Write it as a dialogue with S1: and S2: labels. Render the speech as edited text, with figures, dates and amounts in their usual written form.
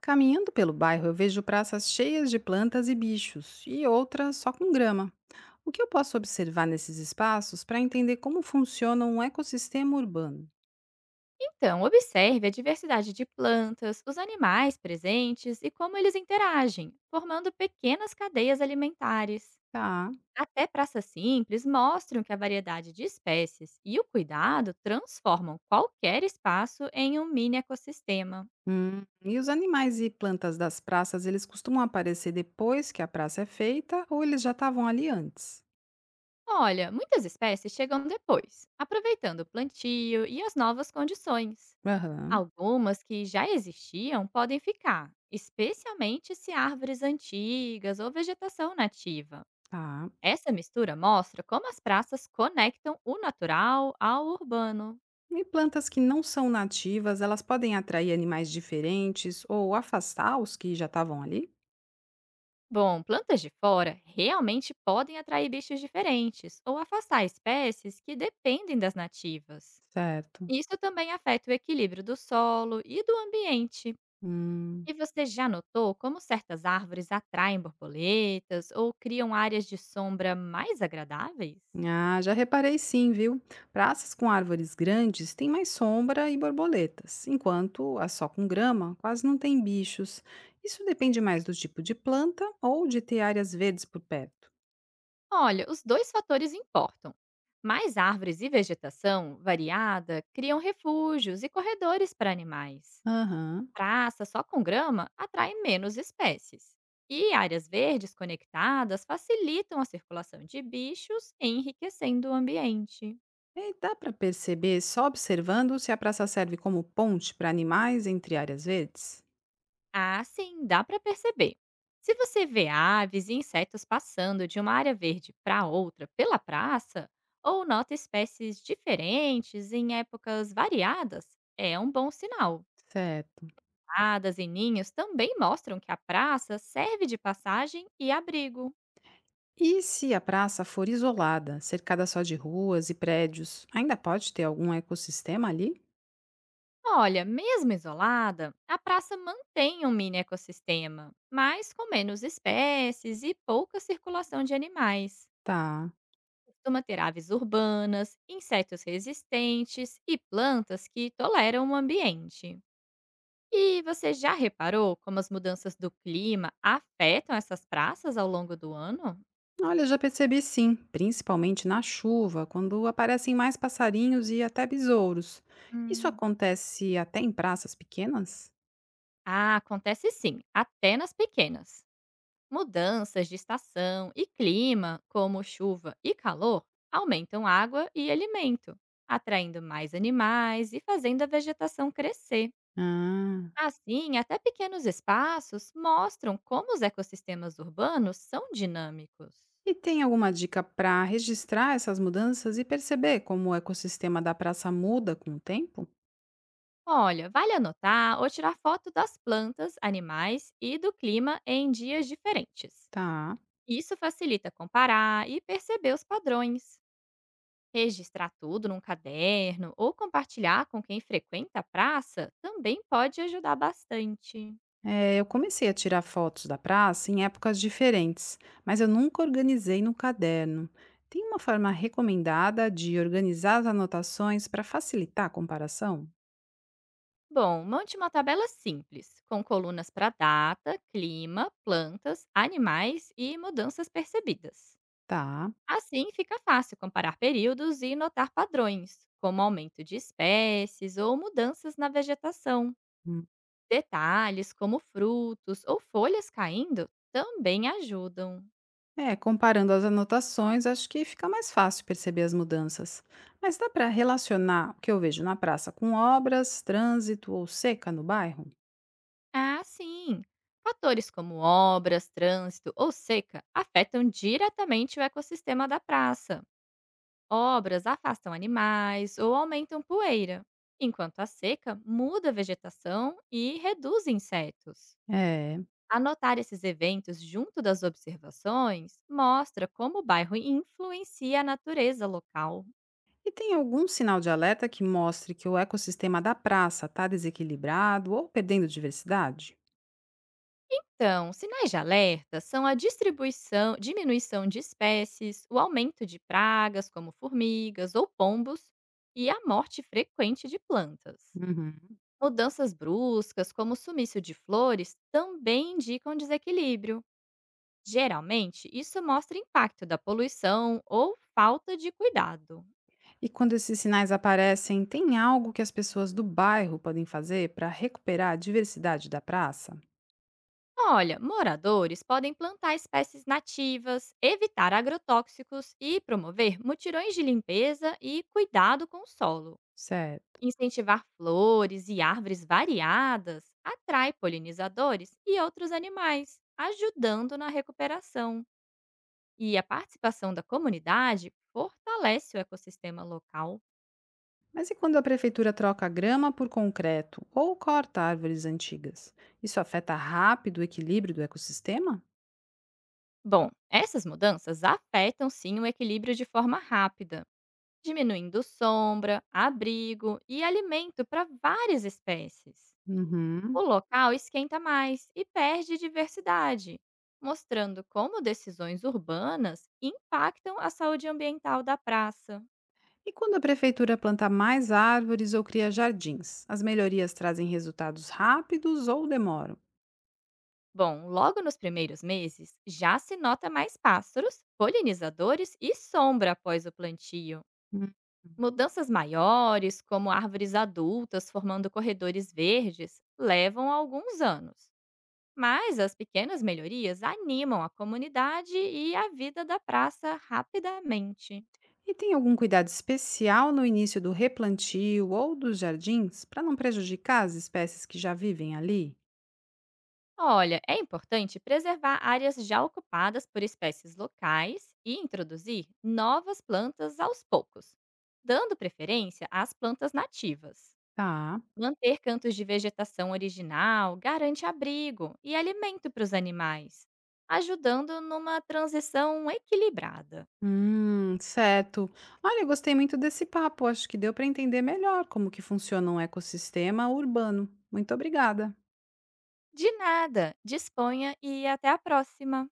S1: Caminhando pelo bairro, eu vejo praças cheias de plantas e bichos, e outras só com grama. O que eu posso observar nesses espaços para entender como funciona um ecossistema urbano?
S2: Então, observe a diversidade de plantas, os animais presentes e como eles interagem, formando pequenas cadeias alimentares.
S1: Tá.
S2: Até praças simples mostram que a variedade de espécies e o cuidado transformam qualquer espaço em um mini ecossistema.
S1: E os animais e plantas das praças, eles costumam aparecer depois que a praça é feita ou eles já estavam ali antes?
S2: Olha, muitas espécies chegam depois, aproveitando o plantio e as novas condições.
S1: Aham,
S2: Algumas que já existiam podem ficar, especialmente se árvores antigas ou vegetação nativa.
S1: tá.
S2: Essa mistura mostra como as praças conectam o natural ao urbano.
S1: E plantas que não são nativas, elas podem atrair animais diferentes ou afastar os que já estavam ali?
S2: Bom, plantas de fora realmente podem atrair bichos diferentes ou afastar espécies que dependem das nativas.
S1: Certo.
S2: Isso também afeta o equilíbrio do solo e do ambiente.
S1: Hum.
S2: E você já notou como certas árvores atraem borboletas ou criam áreas de sombra mais agradáveis?
S1: Ah, já reparei sim, viu? Praças com árvores grandes têm mais sombra e borboletas, enquanto as só com grama quase não tem bichos. Isso depende mais do tipo de planta ou de ter áreas verdes por perto.
S2: Olha, os dois fatores importam. Mais árvores e vegetação variada criam refúgios e corredores para animais.
S1: Aham.
S2: Praça só com grama atrai menos espécies. E áreas verdes conectadas facilitam a circulação de bichos, enriquecendo o ambiente.
S1: E dá para perceber só observando se a praça serve como ponte para animais entre áreas verdes?
S2: Ah, sim, dá para perceber. Se você vê aves e insetos passando de uma área verde para outra pela praça, ou nota espécies diferentes em épocas variadas, é um bom sinal.
S1: Certo.
S2: Hadas e ninhos também mostram que a praça serve de passagem e abrigo.
S1: E se a praça for isolada, cercada só de ruas e prédios, ainda pode ter algum ecossistema ali?
S2: Olha, mesmo isolada, a praça mantém um mini ecossistema, mas com menos espécies e pouca circulação de animais.
S1: Tá.
S2: Costuma ter aves urbanas, insetos resistentes e plantas que toleram o ambiente. E você já reparou como as mudanças do clima afetam essas praças ao longo do ano?
S1: Olha, já percebi sim, principalmente na chuva, quando aparecem mais passarinhos e até besouros. Isso
S2: Hum,
S1: acontece até em praças pequenas?
S2: Ah, acontece sim, até nas pequenas. Mudanças de estação e clima, como chuva e calor, aumentam água e alimento, atraindo mais animais e fazendo a vegetação crescer.
S1: Ah.
S2: Assim, até pequenos espaços mostram como os ecossistemas urbanos são dinâmicos.
S1: E tem alguma dica para registrar essas mudanças e perceber como o ecossistema da praça muda com o tempo?
S2: Olha, vale anotar ou tirar foto das plantas, animais e do clima em dias diferentes.
S1: Tá.
S2: Isso facilita comparar e perceber os padrões. Registrar tudo num caderno ou compartilhar com quem frequenta a praça também pode ajudar bastante.
S1: É, eu comecei a tirar fotos da praça em épocas diferentes, mas eu nunca organizei no caderno. Tem uma forma recomendada de organizar as anotações para facilitar a comparação?
S2: Bom, monte uma tabela simples, com colunas para data, clima, plantas, animais e mudanças percebidas.
S1: Tá.
S2: Assim, fica fácil comparar períodos e notar padrões, como aumento de espécies ou mudanças na vegetação. Detalhes como frutos ou folhas caindo também ajudam.
S1: É, comparando as anotações, acho que fica mais fácil perceber as mudanças. Mas dá para relacionar o que eu vejo na praça com obras, trânsito ou seca no bairro?
S2: Ah, sim! Fatores como obras, trânsito ou seca afetam diretamente o ecossistema da praça. Obras afastam animais ou aumentam poeira, enquanto a seca muda a vegetação e reduz insetos.
S1: É.
S2: Anotar esses eventos junto das observações mostra como o bairro influencia a natureza local.
S1: E tem algum sinal de alerta que mostre que o ecossistema da praça está desequilibrado ou perdendo diversidade?
S2: Então, sinais de alerta são a distribuição, diminuição de espécies, o aumento de pragas como formigas ou pombos e a morte frequente de plantas.
S1: Uhum.
S2: Mudanças bruscas, como o sumiço de flores, também indicam desequilíbrio. Geralmente, isso mostra impacto da poluição ou falta de cuidado.
S1: E quando esses sinais aparecem, tem algo que as pessoas do bairro podem fazer para recuperar a diversidade da praça?
S2: Olha, moradores podem plantar espécies nativas, evitar agrotóxicos e promover mutirões de limpeza e cuidado com o solo.
S1: Certo.
S2: Incentivar flores e árvores variadas atrai polinizadores e outros animais, ajudando na recuperação. E a participação da comunidade fortalece o ecossistema local.
S1: Mas e quando a prefeitura troca grama por concreto ou corta árvores antigas? Isso afeta rápido o equilíbrio do ecossistema?
S2: Bom, essas mudanças afetam sim o equilíbrio de forma rápida, diminuindo sombra, abrigo e alimento para várias espécies. O
S1: Uhum.
S2: local esquenta mais e perde diversidade, mostrando como decisões urbanas impactam a saúde ambiental da praça.
S1: E quando a prefeitura planta mais árvores ou cria jardins? As melhorias trazem resultados rápidos ou demoram?
S2: Bom, logo nos primeiros meses já se nota mais pássaros, polinizadores e sombra após o plantio.
S1: Hum.
S2: Mudanças maiores, como árvores adultas formando corredores verdes, levam alguns anos. Mas as pequenas melhorias animam a comunidade e a vida da praça rapidamente.
S1: E tem algum cuidado especial no início do replantio ou dos jardins para não prejudicar as espécies que já vivem ali?
S2: Olha, é importante preservar áreas já ocupadas por espécies locais e introduzir novas plantas aos poucos, dando preferência às plantas nativas.
S1: Tá.
S2: Manter cantos de vegetação original garante abrigo e alimento para os animais, ajudando numa transição equilibrada.
S1: Certo. Olha, eu gostei muito desse papo. Acho que deu para entender melhor como que funciona um ecossistema urbano. Muito obrigada.
S2: De nada, disponha e até a próxima!